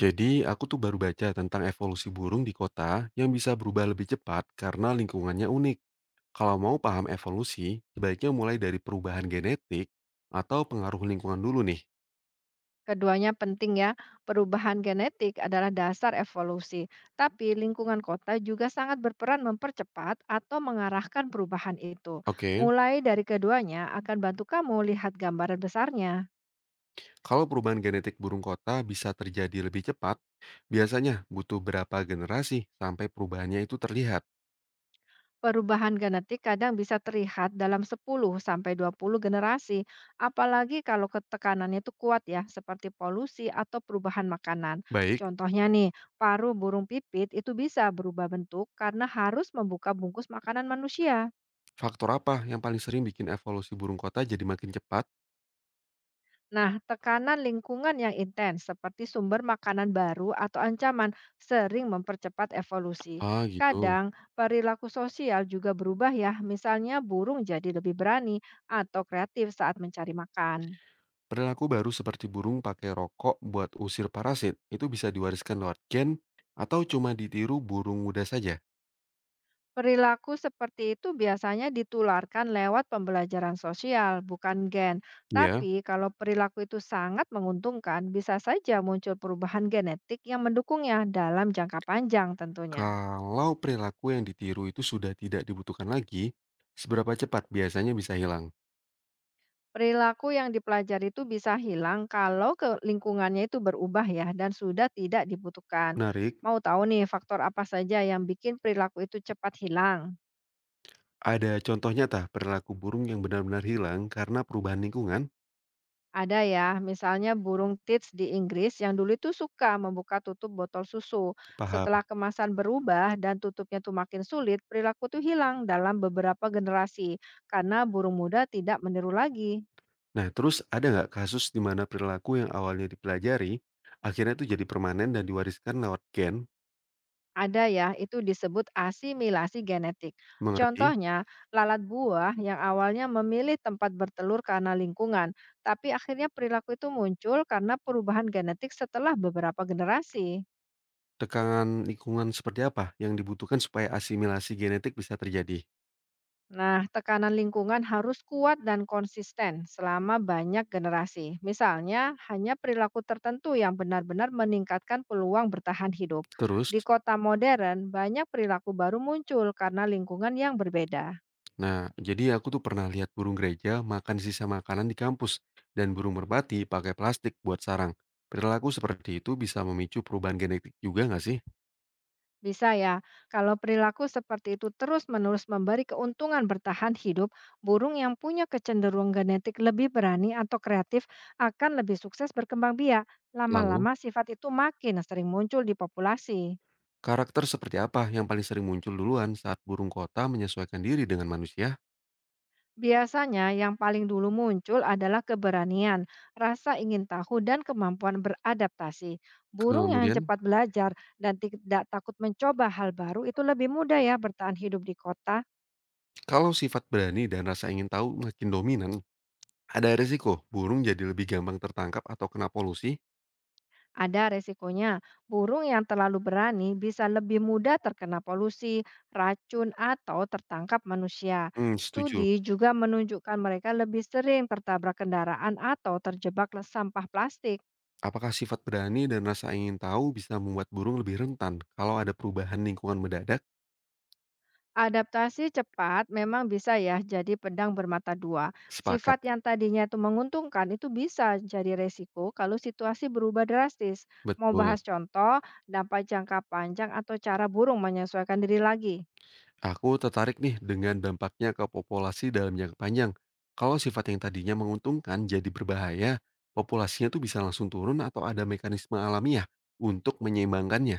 Jadi, aku tuh baru baca tentang evolusi burung di kota yang bisa berubah lebih cepat karena lingkungannya unik. Kalau mau paham evolusi, sebaiknya mulai dari perubahan genetik atau pengaruh lingkungan dulu nih. Keduanya penting ya. Perubahan genetik adalah dasar evolusi, tapi lingkungan kota juga sangat berperan mempercepat atau mengarahkan perubahan itu. Oke, Mulai dari keduanya akan bantu kamu lihat gambaran besarnya. kalau perubahan genetik burung kota bisa terjadi lebih cepat, biasanya butuh berapa generasi sampai perubahannya itu terlihat? Perubahan genetik kadang bisa terlihat dalam 10 sampai 20 generasi, apalagi kalau ketekanannya itu kuat ya, seperti polusi atau perubahan makanan. Baik, Contohnya nih, paru burung pipit itu bisa berubah bentuk karena harus membuka bungkus makanan manusia. faktor apa yang paling sering bikin evolusi burung kota jadi makin cepat? Nah, tekanan lingkungan yang intens seperti sumber makanan baru atau ancaman sering mempercepat evolusi. Ah, gitu. Kadang perilaku sosial juga berubah ya, misalnya burung jadi lebih berani atau kreatif saat mencari makan. Perilaku baru seperti burung pakai rokok buat usir parasit itu bisa diwariskan lewat gen atau cuma ditiru burung muda saja. Perilaku seperti itu biasanya ditularkan lewat pembelajaran sosial, bukan gen. Ya, Tapi kalau perilaku itu sangat menguntungkan, bisa saja muncul perubahan genetik yang mendukungnya dalam jangka panjang tentunya. kalau perilaku yang ditiru itu sudah tidak dibutuhkan lagi, seberapa cepat biasanya bisa hilang? Perilaku yang dipelajari itu bisa hilang kalau ke lingkungannya itu berubah ya dan sudah tidak dibutuhkan. Menarik, Mau tahu nih faktor apa saja yang bikin perilaku itu cepat hilang? ada contoh nyata perilaku burung yang benar-benar hilang karena perubahan lingkungan? Ada ya, misalnya burung tits di Inggris yang dulu itu suka membuka tutup botol susu. Setelah Paham. kemasan berubah dan tutupnya tuh makin sulit, perilaku itu hilang dalam beberapa generasi karena burung muda tidak meniru lagi. Nah, terus ada nggak kasus di mana perilaku yang awalnya dipelajari, akhirnya itu jadi permanen dan diwariskan lewat gen? Ada ya, itu disebut asimilasi genetik. Mengerti? Contohnya, lalat buah yang awalnya memilih tempat bertelur karena lingkungan, tapi akhirnya perilaku itu muncul karena perubahan genetik setelah beberapa generasi. Tekanan lingkungan seperti apa yang dibutuhkan supaya asimilasi genetik bisa terjadi? Nah, tekanan lingkungan harus kuat dan konsisten selama banyak generasi. Misalnya, hanya perilaku tertentu yang benar-benar meningkatkan peluang bertahan hidup. Terus, Di kota modern, banyak perilaku baru muncul karena lingkungan yang berbeda. nah jadi aku tuh pernah lihat burung gereja makan sisa makanan di kampus dan burung merpati pakai plastik buat sarang. Perilaku seperti itu bisa memicu perubahan genetik juga nggak sih? Bisa ya, kalau perilaku seperti itu terus-menerus memberi keuntungan bertahan hidup, burung yang punya kecenderungan genetik lebih berani atau kreatif akan lebih sukses berkembang biak. Lalu, Lama-lama sifat itu makin sering muncul di populasi. karakter seperti apa yang paling sering muncul duluan saat burung kota menyesuaikan diri dengan manusia? Biasanya yang paling dulu muncul adalah keberanian, rasa ingin tahu dan kemampuan beradaptasi. Burung yang Kemudian, cepat belajar dan tidak takut mencoba hal baru itu lebih mudah ya bertahan hidup di kota. kalau sifat berani dan rasa ingin tahu makin dominan, ada risiko burung jadi lebih gampang tertangkap atau kena polusi? Ada resikonya, burung yang terlalu berani bisa lebih mudah terkena polusi, racun, atau tertangkap manusia. Hmm, setuju. Studi juga menunjukkan mereka lebih sering tertabrak kendaraan atau terjebak sampah plastik. Apakah sifat berani dan rasa ingin tahu bisa membuat burung lebih rentan kalau ada perubahan lingkungan mendadak? Adaptasi cepat memang bisa ya jadi pedang bermata dua. Sepakat. Sifat yang tadinya itu menguntungkan itu bisa jadi resiko kalau situasi berubah drastis. Mau Betul. bahas contoh, dampak jangka panjang atau cara burung menyesuaikan diri lagi? Aku tertarik nih dengan dampaknya ke populasi dalam jangka panjang. Kalau sifat yang tadinya menguntungkan jadi berbahaya, populasinya tuh bisa langsung turun atau ada mekanisme alamiah untuk menyeimbangkannya.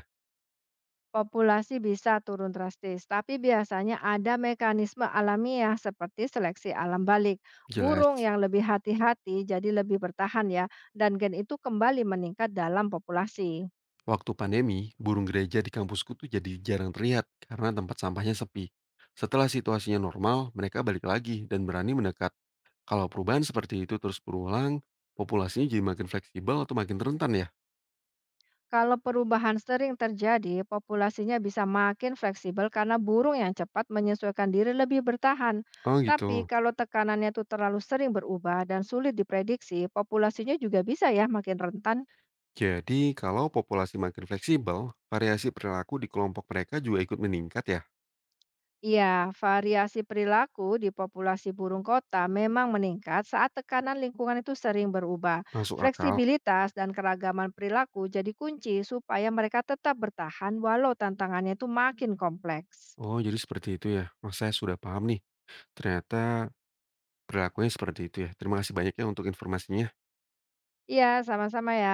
Populasi bisa turun drastis, tapi biasanya ada mekanisme alamiah seperti seleksi alam balik. Jelas. Burung yang lebih hati-hati jadi lebih bertahan ya, dan gen itu kembali meningkat dalam populasi. Waktu pandemi, burung gereja di kampusku tuh jadi jarang terlihat karena tempat sampahnya sepi. Setelah situasinya normal, mereka balik lagi dan berani mendekat. Kalau perubahan seperti itu terus berulang, populasinya jadi makin fleksibel atau makin rentan ya? Kalau perubahan sering terjadi, populasinya bisa makin fleksibel karena burung yang cepat menyesuaikan diri lebih bertahan. Oh Tapi gitu. kalau tekanannya itu terlalu sering berubah dan sulit diprediksi, populasinya juga bisa ya makin rentan. Jadi, kalau populasi makin fleksibel, variasi perilaku di kelompok mereka juga ikut meningkat ya? Iya, variasi perilaku di populasi burung kota memang meningkat saat tekanan lingkungan itu sering berubah. Masuk akal. Fleksibilitas dan keragaman perilaku jadi kunci supaya mereka tetap bertahan walau tantangannya itu makin kompleks. Oh, jadi seperti itu ya. Wah, saya sudah paham nih. Ternyata perilakunya seperti itu ya. Terima kasih banyak ya untuk informasinya. Iya, sama-sama ya.